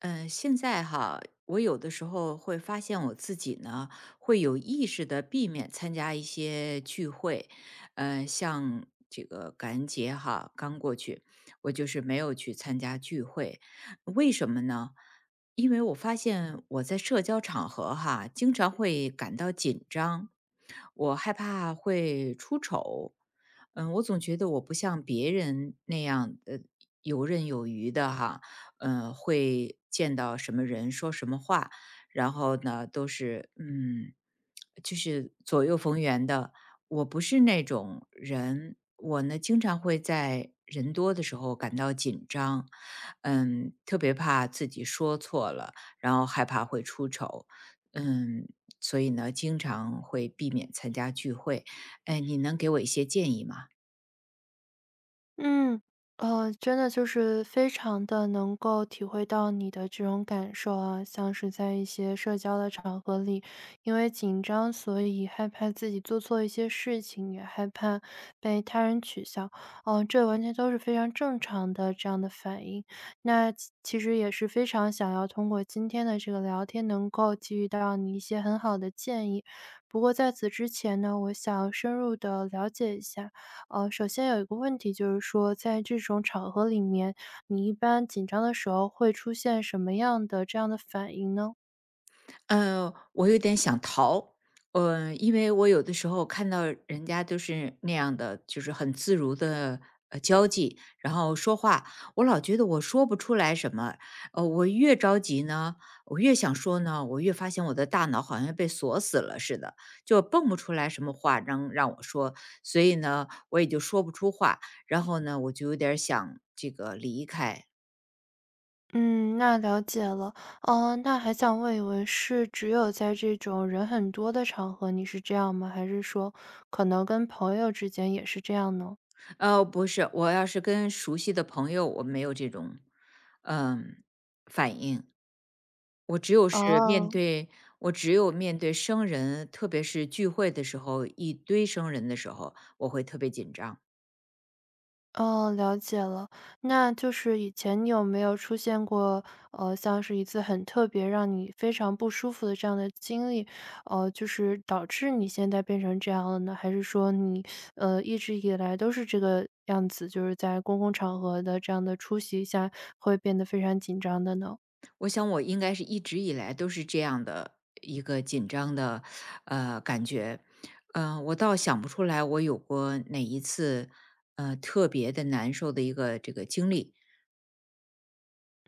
嗯，现在哈，我有的时候会发现我自己呢，会有意识的避免参加一些聚会，像这个感恩节哈，刚过去，我就是没有去参加聚会，为什么呢？因为我发现我在社交场合哈，经常会感到紧张，我害怕会出丑，我总觉得我不像别人那样游刃有余的哈，会见到什么人，说什么话，然后呢，都是就是左右逢源的。我不是那种人，我呢经常会在人多的时候感到紧张，特别怕自己说错了，然后害怕会出丑，嗯，所以呢，经常会避免参加聚会。哎，你能给我一些建议吗？嗯，真的就是非常的能够体会到你的这种感受啊，像是在一些社交的场合里，因为紧张，所以害怕自己做错一些事情，也害怕被他人取笑，这完全都是非常正常的这样的反应。那其实也是非常想要通过今天的这个聊天，能够给予到你一些很好的建议。不过在此之前呢，我想深入的了解一下。首先有一个问题就是说，在这种场合里面，你一般紧张的时候会出现什么样的这样的反应呢？我有点想逃。因为我有的时候看到人家都是那样的，就是很自如的交际，然后说话，我老觉得我说不出来什么。我越着急呢，我越想说呢，我越发现我的大脑好像被锁死了似的，就蹦不出来什么话能让我说，所以呢，我也就说不出话。然后呢，我就有点儿想这个离开。嗯，那了解了。哦，那还想问一问，是只有在这种人很多的场合你是这样吗？还是说可能跟朋友之间也是这样呢？不是，我要是跟熟悉的朋友，我没有这种，嗯，反应。我只有是面哦，对，我只有面对生人，特别是聚会的时候，一堆生人的时候，我会特别紧张。哦，了解了。那就是以前你有没有出现过，像是一次很特别让你非常不舒服的这样的经历，就是导致你现在变成这样了呢？还是说你，一直以来都是这个样子，就是在公共场合的这样的出席下会变得非常紧张的呢？我想我应该是一直以来都是这样的一个紧张的，感觉。我倒想不出来我有过哪一次，特别的难受的一个这个经历。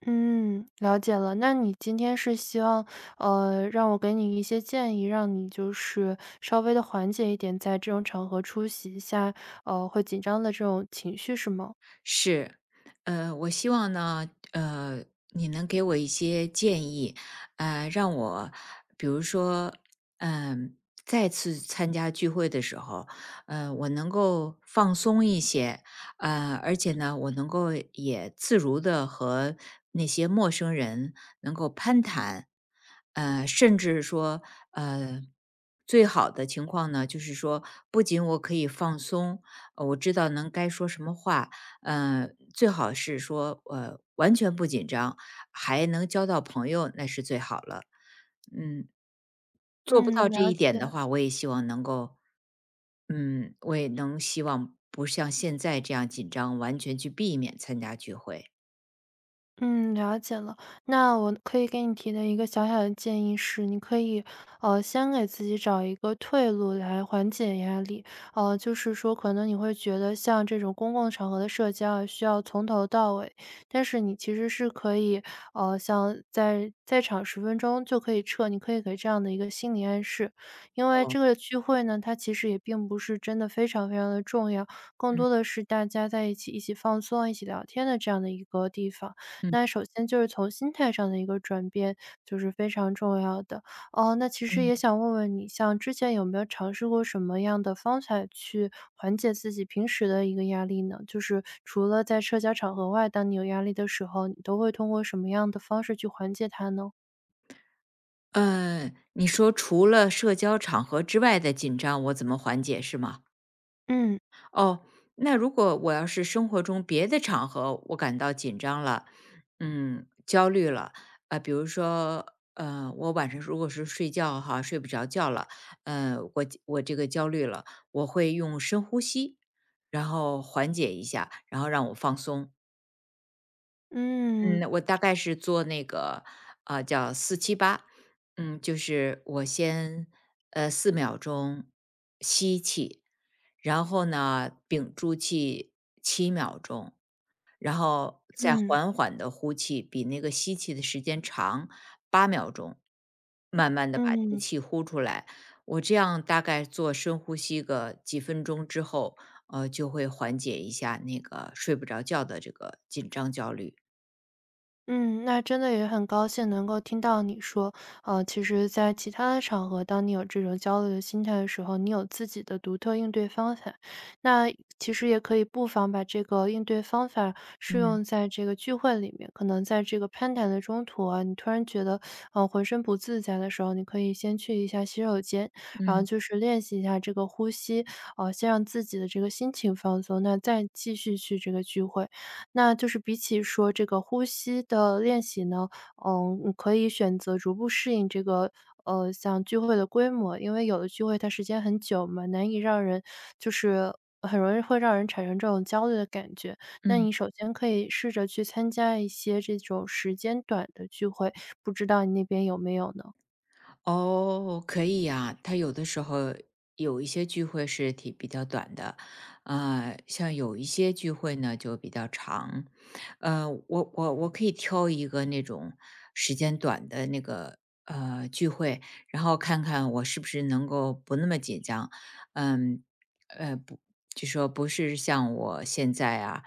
嗯，了解了。那你今天是希望，让我给你一些建议，让你就是稍微的缓解一点在这种场合出席一下，会紧张的这种情绪是吗？是，我希望呢，你能给我一些建议，让我，比如说，嗯、再次参加聚会的时候，我能够放松一些，而且呢，我能够也自如的和那些陌生人能够攀谈，甚至说，呃。最好的情况呢，就是说，不仅我可以放松，我知道能该说什么话，呃，最好是说，完全不紧张，还能交到朋友，那是最好了。嗯，做不到嗯，这了一点的解。话，我也希望能够，我也能希望不像现在这样紧张，完全去避免参加聚会。嗯，了解了。那我可以给你提的一个小小的建议是，你可以，先给自己找一个退路来缓解压力。就是说，可能你会觉得像这种公共场合的社交啊需要从头到尾，但是你其实是可以，像在场10分钟就可以撤，你可以给这样的一个心理暗示。因为哦，这个聚会呢，它其实也并不是真的非常非常的重要，更多嗯的是大家在一起一起放松、一起聊天的这样的一个地方。嗯那首先就是从心态上的一个转变，就是非常重要的。哦，那其嗯，实也想问问你，像之前有没有尝试过什么样的方法去缓解自己平时的一个压力呢？就是除了在社交场合外，当你有压力的时候，你都会通过什么样的方式去缓解它呢？你说除了社交场合之外的紧张，我怎么缓解是吗？嗯，哦，那如果我要是生活中别的场合我感到紧张了，焦虑了，比如说，我晚上如果是睡觉哈，睡不着觉了，我这个焦虑了，我会用深呼吸，然后缓解一下，然后让我放松。嗯，嗯，我大概是做那个，啊，叫4-7-8，就是我先，4秒钟吸气，然后呢，屏住气7秒钟，然后再嗯，缓缓的呼气，比那个吸气的时间长8秒钟，慢慢的把这个嗯。气呼出来。我这样大概做深呼吸个几分钟之后，就会缓解一下那个睡不着觉的这个紧张焦虑。嗯，那真的也很高兴能够听到你说，其实在其他的场合，当你有这种焦虑的心态的时候，你有自己的独特应对方法。那其实也可以不妨把这个应对方法适嗯。用在这个聚会里面。可能在这个攀谈的中途啊，你突然觉得，浑身不自在的时候，你可以先去一下洗手间，然后嗯就是练习一下这个呼吸，先让自己的这个心情放松，那再继续去这个聚会。那就是比起说这个呼吸的练习呢，嗯，你可以选择逐步适应这个，像聚会的规模，因为有的聚会它时间很久嘛，难以让人就是很容易会让人产生这种焦虑的感觉。那嗯。你首先可以试着去参加一些这种时间短的聚会，不知道你那边有没有呢？哦，可以呀，他有的时候有一些聚会是挺比较短的，像有一些聚会呢就比较长，我可以挑一个那种时间短的那个聚会，然后看看我是不是能够不那么紧张，嗯，呃，不，就说不是像我现在啊，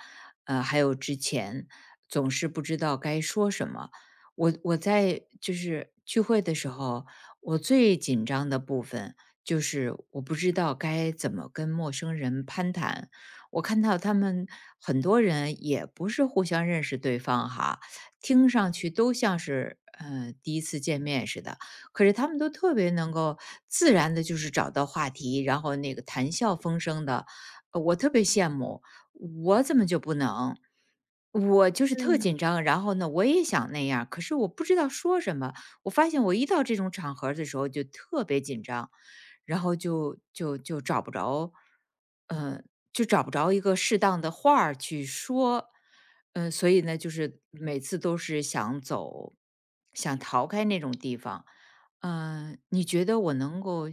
还有之前总是不知道该说什么，我在就是聚会的时候。我最紧张的部分就是我不知道该怎么跟陌生人攀谈。我看到他们很多人也不是互相认识对方哈，听上去都像是第一次见面似的，可是他们都特别能够自然的，就是找到话题，然后那个谈笑风生的，我特别羡慕。我怎么就不能？我就是特嗯。紧张，然后呢，我也想那样，可是我不知道说什么。我发现我一到这种场合的时候就特别紧张，然后就找不着，嗯，就找不着一个适当的话儿去说，所以呢，就是每次都是想走，想逃开那种地方。你觉得我能够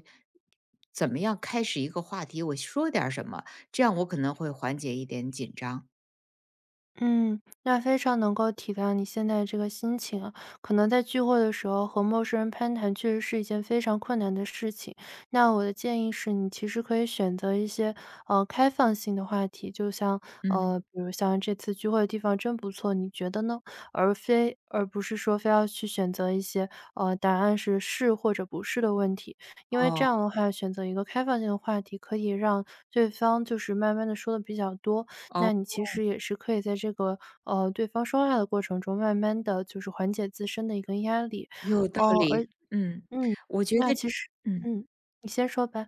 怎么样开始一个话题？我说点儿什么，这样我可能会缓解一点紧张。嗯，那非常能够体谅你现在这个心情啊。可能在聚会的时候和陌生人攀谈，确实是一件非常困难的事情。那我的建议是你其实可以选择一些开放性的话题，就像嗯，比如像这次聚会的地方真不错，你觉得呢？而不是说非要去选择一些答案是是或者不是的问题，因为这哦样的话选择一个开放性的话题，可以让对方就是慢慢的说的比较多，哦，那你其实也是可以在这个，对方说话的过程中，慢慢的就是缓解自身的一个压力。有道哦。理。嗯，嗯，我觉那得，其实嗯。嗯，你先说吧。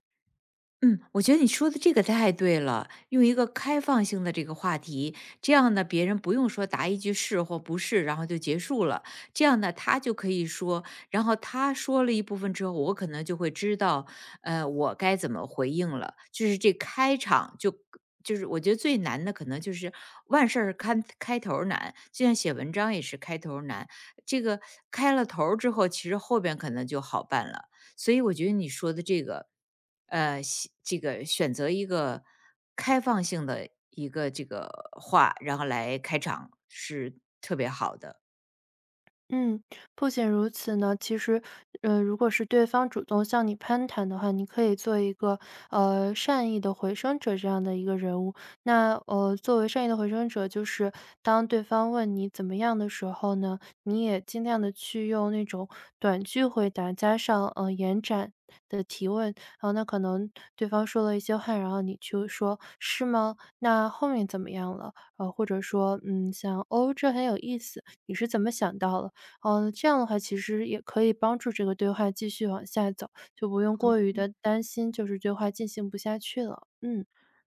嗯，我觉得你说的这个太对了，用一个开放性的这个话题，这样呢，别人不用说答一句是或不是，然后就结束了。这样呢，他就可以说，然后他说了一部分之后，我可能就会知道，我该怎么回应了。就是这开场就是我觉得最难的可能就是万事儿开头儿难，就像写文章也是开头儿难。这个开了头儿之后，其实后边可能就好办了。所以我觉得你说的这个，这个选择一个开放性的一个这个话，然后来开场是特别好的。嗯，不仅如此呢，其实，如果是对方主动向你攀谈的话，你可以做一个善意的回声者这样的一个人物。那作为善意的回声者，就是当对方问你怎么样的时候呢，你也尽量的去用那种短句回答加上延展。的提问，然后那可能对方说了一些话，然后你去说是吗？那后面怎么样了？或者说，嗯，像哦，这很有意思，你是怎么想到了？哦，这样的话其实也可以帮助这个对话继续往下走，就不用过于的担心，就是对话进行不下去了。嗯，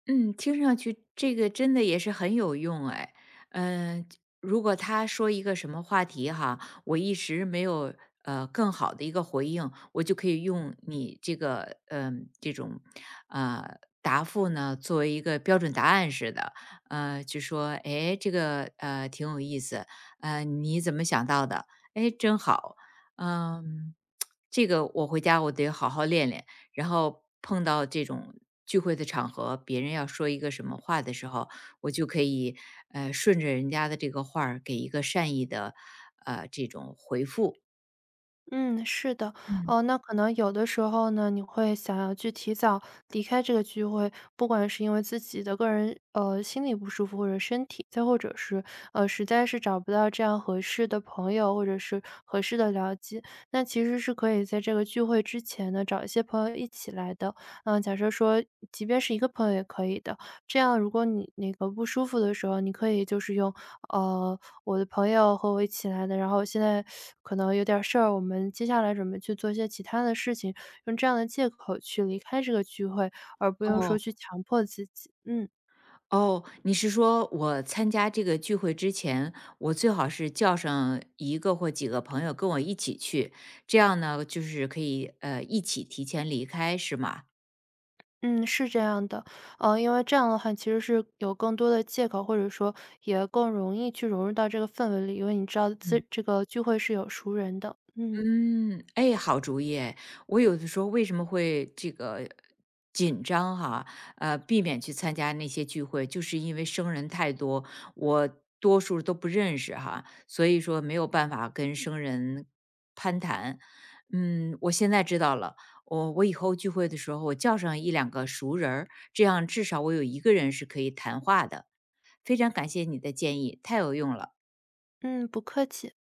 嗯，听上去这个真的也是很有用哎。嗯、如果他说一个什么话题哈，我一时没有更好的一个回应，我就可以用你这个这种答复呢作为一个标准答案似的，就说哎这个挺有意思，你怎么想到的？哎，真好，嗯、这个我回家我得好好练练。然后碰到这种聚会的场合，别人要说一个什么话的时候，我就可以顺着人家的这个话儿给一个善意的这种回复。嗯，是的。嗯，哦，那可能有的时候呢，你会想要去提早离开这个聚会，不管是因为自己的个人，心理不舒服或者身体，再或者是，实在是找不到这样合适的朋友或者是合适的聊机，那其实是可以在这个聚会之前呢，找一些朋友一起来的。嗯，假设说即便是一个朋友也可以的，这样如果你那个不舒服的时候，你可以就是用呃，我的朋友和我一起来的，然后现在可能有点儿事儿，我们接下来准备去做一些其他的事情，用这样的借口去离开这个聚会，而不用说哦去强迫自己。嗯哦，你是说我参加这个聚会之前，我最好是叫上一个或几个朋友跟我一起去，这样呢，就是可以一起提前离开，是吗？嗯，是这样的。因为这样的话其实是有更多的借口，或者说也更容易去融入到这个氛围里，因为你知道自这个聚会是有熟人的。嗯嗯，哎，好主意哎我有的时候为什么会这个紧张哈？避免去参加那些聚会，就是因为生人太多，我多数都不认识哈，所以说没有办法跟生人攀谈。嗯，我现在知道了，我以后聚会的时候，我叫上1两个熟人儿这样至少我有一个人是可以谈话的。非常感谢你的建议，太有用了。嗯，不客气。